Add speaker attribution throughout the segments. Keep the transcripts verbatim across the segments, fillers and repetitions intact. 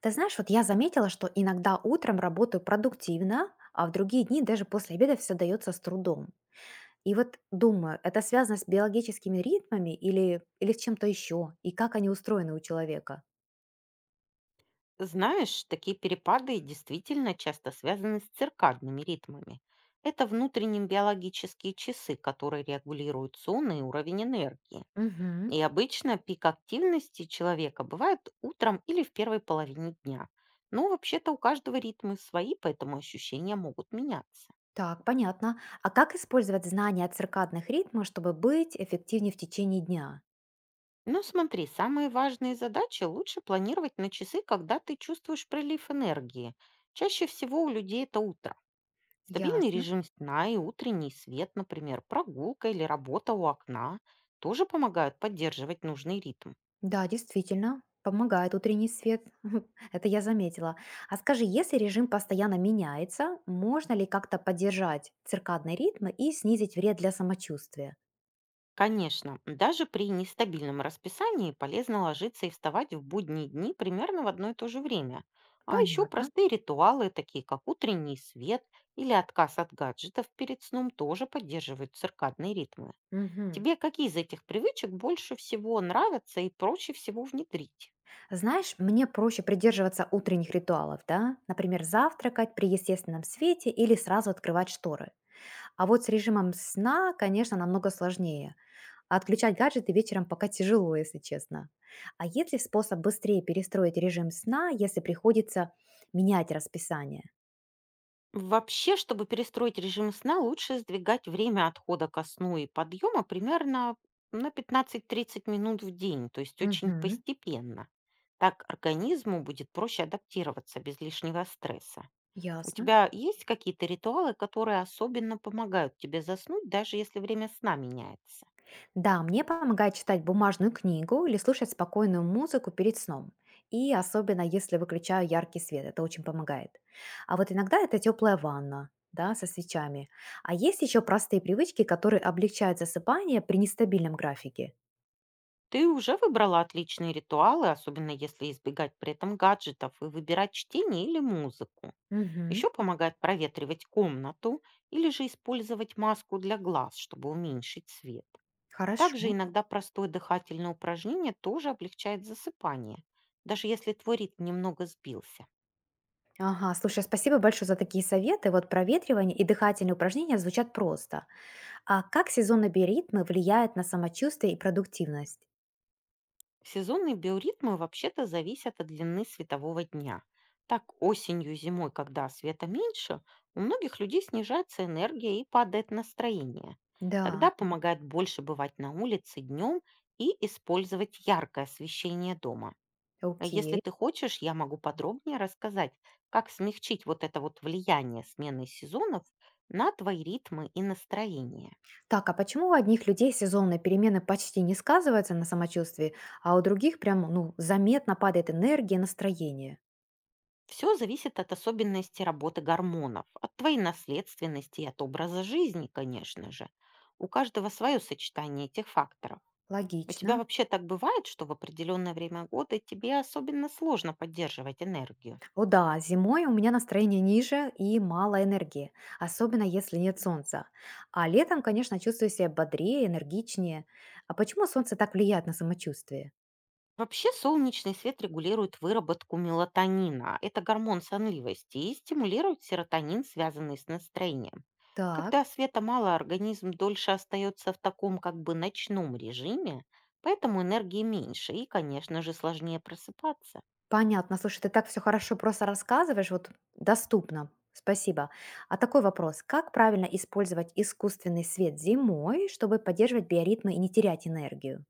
Speaker 1: Ты знаешь, вот я заметила, что иногда утром работаю продуктивно, а в другие дни даже после обеда все дается с трудом. И вот думаю, это связано с биологическими ритмами или, или с чем-то еще, и как они устроены у человека?
Speaker 2: Знаешь, такие перепады действительно часто связаны с циркадными ритмами. Это внутренние биологические часы, которые регулируют сон и уровень энергии.
Speaker 1: Угу.
Speaker 2: И обычно пик активности человека бывает утром или в первой половине дня. Но вообще-то у каждого ритмы свои, поэтому ощущения могут меняться.
Speaker 1: Так, понятно. А как использовать знания о циркадных ритмах, чтобы быть эффективнее в течение дня?
Speaker 2: Но смотри, самые важные задачи лучше планировать на часы, когда ты чувствуешь прилив энергии. Чаще всего у людей это утром. Стабильный
Speaker 1: Ясно.
Speaker 2: режим сна и утренний свет, например, прогулка или работа у окна, тоже помогают поддерживать нужный ритм.
Speaker 1: Да, действительно, помогает утренний свет. Это я заметила. А скажи, если режим постоянно меняется, можно ли как-то поддержать циркадные ритмы и снизить вред для самочувствия?
Speaker 2: Конечно, даже при нестабильном расписании полезно ложиться и вставать в будние дни примерно в одно и то же время. А еще
Speaker 1: Понятно.
Speaker 2: простые ритуалы, такие как утренний свет или отказ от гаджетов перед сном, тоже поддерживают циркадные ритмы.
Speaker 1: Мгм.
Speaker 2: Тебе какие из этих привычек больше всего нравятся и проще всего внедрить?
Speaker 1: Знаешь, мне проще придерживаться утренних ритуалов, да? Например, завтракать при естественном свете или сразу открывать шторы. А вот с режимом сна, конечно, намного сложнее. А отключать гаджеты вечером пока тяжело, если честно. А есть ли способ быстрее перестроить режим сна, если приходится менять расписание?
Speaker 2: Вообще, чтобы перестроить режим сна, лучше сдвигать время отхода ко сну и подъема примерно на пятнадцати тридцати минут в день, то есть очень
Speaker 1: Мгм.
Speaker 2: постепенно. Так организму будет проще адаптироваться без лишнего стресса. У
Speaker 1: Ясно.
Speaker 2: тебя есть какие-то ритуалы, которые особенно помогают тебе заснуть, даже если время сна меняется?
Speaker 1: Да, мне помогает читать бумажную книгу или слушать спокойную музыку перед сном. И особенно если выключаю яркий свет, это очень помогает. А вот иногда это теплая ванна, да, со свечами. А есть еще простые привычки, которые облегчают засыпание при нестабильном графике.
Speaker 2: Ты уже выбрала отличные ритуалы, особенно если избегать при этом гаджетов и выбирать чтение или музыку.
Speaker 1: Мгм.
Speaker 2: Еще помогает проветривать комнату или же использовать маску для глаз, чтобы уменьшить свет. Также
Speaker 1: Хорошо.
Speaker 2: иногда простое дыхательное упражнение тоже облегчает засыпание, даже если твой ритм немного сбился.
Speaker 1: Ага, слушай, спасибо большое за такие советы. Вот проветривание и дыхательные упражнения звучат просто. А как сезонные биоритмы влияют на самочувствие и продуктивность?
Speaker 2: Сезонные биоритмы вообще-то зависят от длины светового дня. Так осенью и зимой, когда света меньше, у многих людей снижается энергия и падает настроение.
Speaker 1: Да,
Speaker 2: Тогда помогает больше бывать на улице днем и использовать яркое освещение дома. А
Speaker 1: окей.
Speaker 2: если ты хочешь, я могу подробнее рассказать, как смягчить вот это вот влияние смены сезонов на твои ритмы и настроение.
Speaker 1: Так, а почему у одних людей сезонные перемены почти не сказываются на самочувствии, а у других прям, ну, заметно падает энергия, настроение?
Speaker 2: Все зависит от особенностей работы гормонов, от твоей наследственности и от образа жизни, конечно же. У каждого свое сочетание этих факторов. У
Speaker 1: Логично.
Speaker 2: тебя вообще так бывает, что в определенное время года тебе особенно сложно поддерживать энергию?
Speaker 1: О да, зимой у меня настроение ниже и мало энергии, особенно если нет солнца. А летом, конечно, чувствую себя бодрее, энергичнее. А почему солнце так влияет на самочувствие?
Speaker 2: Вообще солнечный свет регулирует выработку мелатонина. Это гормон сонливости и стимулирует серотонин, связанный с настроением.
Speaker 1: Так,
Speaker 2: Когда света мало, организм дольше остается в таком как бы ночном режиме, поэтому энергии меньше и, конечно же, сложнее просыпаться.
Speaker 1: понятно. Слушай, ты так все хорошо просто рассказываешь, вот доступно. Спасибо. А такой вопрос. Как правильно использовать искусственный свет зимой, чтобы поддерживать биоритмы и не терять энергию?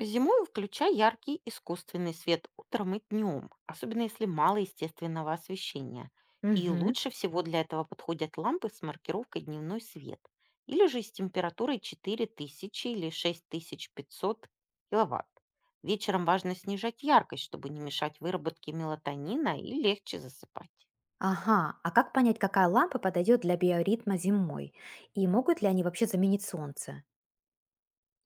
Speaker 2: Зимой включай яркий искусственный свет утром и днем, особенно если мало естественного освещения. И
Speaker 1: Мгм.
Speaker 2: лучше всего для этого подходят лампы с маркировкой «Дневной свет» или же с температурой четыре тысячи или шесть тысяч пятьсот киловатт. Вечером важно снижать яркость, чтобы не мешать выработке мелатонина и легче засыпать.
Speaker 1: Ага, а как понять, какая лампа подойдет для биоритма зимой? И могут ли они вообще заменить солнце?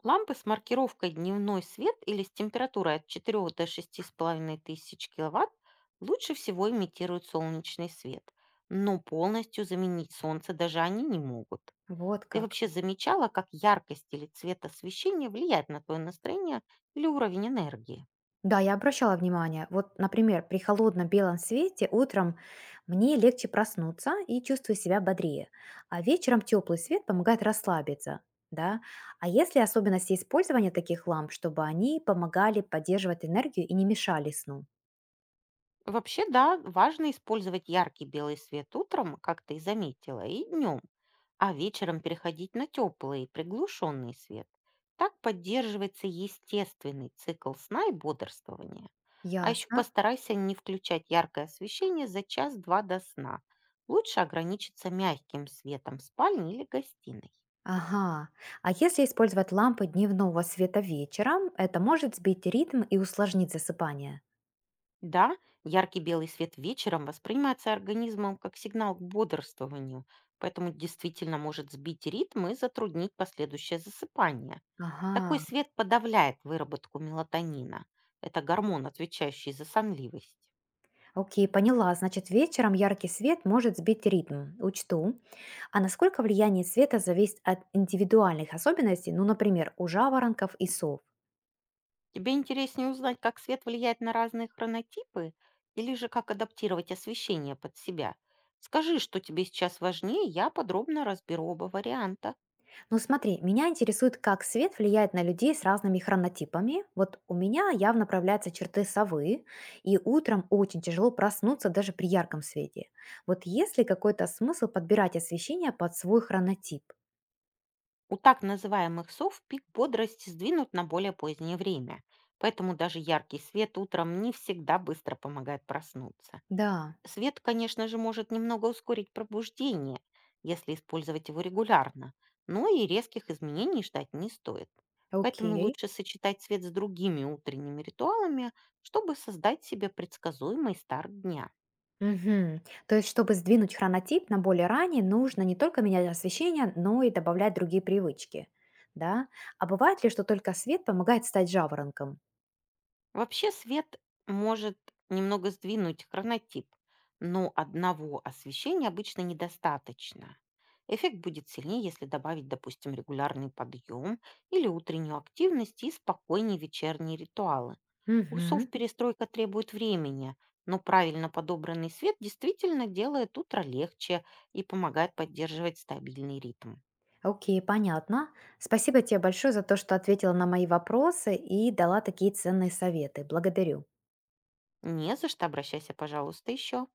Speaker 2: Лампы с маркировкой «Дневной свет» или с температурой от четырёх до шести целых пяти десятых тысяч киловатт лучше всего имитируют солнечный свет, но полностью заменить солнце даже они не могут.
Speaker 1: Вот
Speaker 2: Ты
Speaker 1: как.
Speaker 2: вообще замечала, как яркость или цвет освещения влияет на твое настроение или уровень энергии?
Speaker 1: Да, я обращала внимание. Вот, например, при холодном белом свете утром мне легче проснуться и чувствую себя бодрее, а вечером теплый свет помогает расслабиться. Да? А есть ли особенности использования таких ламп, чтобы они помогали поддерживать энергию и не мешали сну?
Speaker 2: Вообще, да, важно использовать яркий белый свет утром, как ты и заметила, и днем, а вечером переходить на теплый, приглушенный свет. Так поддерживается естественный цикл сна и бодрствования. А еще
Speaker 1: Ясно.
Speaker 2: постарайся не включать яркое освещение за час-два до сна. Лучше ограничиться мягким светом в спальне или гостиной.
Speaker 1: Ага. А если использовать лампы дневного света вечером, это может сбить ритм и усложнить засыпание?
Speaker 2: Да, яркий белый свет вечером воспринимается организмом как сигнал к бодрствованию, поэтому действительно может сбить ритм и затруднить последующее засыпание.
Speaker 1: Ага.
Speaker 2: Такой свет подавляет выработку мелатонина. Это гормон, отвечающий за сонливость.
Speaker 1: Окей, поняла. Значит, вечером яркий свет может сбить ритм. Учту. А насколько влияние света зависит от индивидуальных особенностей, ну, например, у жаворонков и сов?
Speaker 2: Тебе интереснее узнать, как свет влияет на разные хронотипы или же как адаптировать освещение под себя? Скажи, что тебе сейчас важнее, я подробно разберу оба варианта.
Speaker 1: Ну, смотри, меня интересует, как свет влияет на людей с разными хронотипами. Вот у меня явно проявляются черты совы, и утром очень тяжело проснуться даже при ярком свете. Вот есть ли какой-то смысл подбирать освещение под свой хронотип?
Speaker 2: У так называемых сов пик бодрости сдвинут на более позднее время, поэтому даже яркий свет утром не всегда быстро помогает проснуться.
Speaker 1: Да,
Speaker 2: Свет, конечно же, может немного ускорить пробуждение, если использовать его регулярно, но и резких изменений ждать не стоит. Поэтому
Speaker 1: окей.
Speaker 2: лучше сочетать свет с другими утренними ритуалами, чтобы создать себе предсказуемый старт дня.
Speaker 1: Мгм. То есть, чтобы сдвинуть хронотип на более ранний, нужно не только менять освещение, но и добавлять другие привычки. Да? А бывает ли, что только свет помогает стать жаворонком?
Speaker 2: Вообще свет может немного сдвинуть хронотип, но одного освещения обычно недостаточно. Эффект будет сильнее, если добавить, допустим, регулярный подъем или утреннюю активность и спокойнее вечерние ритуалы. У сов
Speaker 1: Мгм.
Speaker 2: перестройка требует времени, но правильно подобранный свет действительно делает утро легче и помогает поддерживать стабильный ритм.
Speaker 1: Окей, понятно. Спасибо тебе большое за то, что ответила на мои вопросы и дала такие ценные советы. Благодарю.
Speaker 2: Не за что, обращайся, пожалуйста, еще.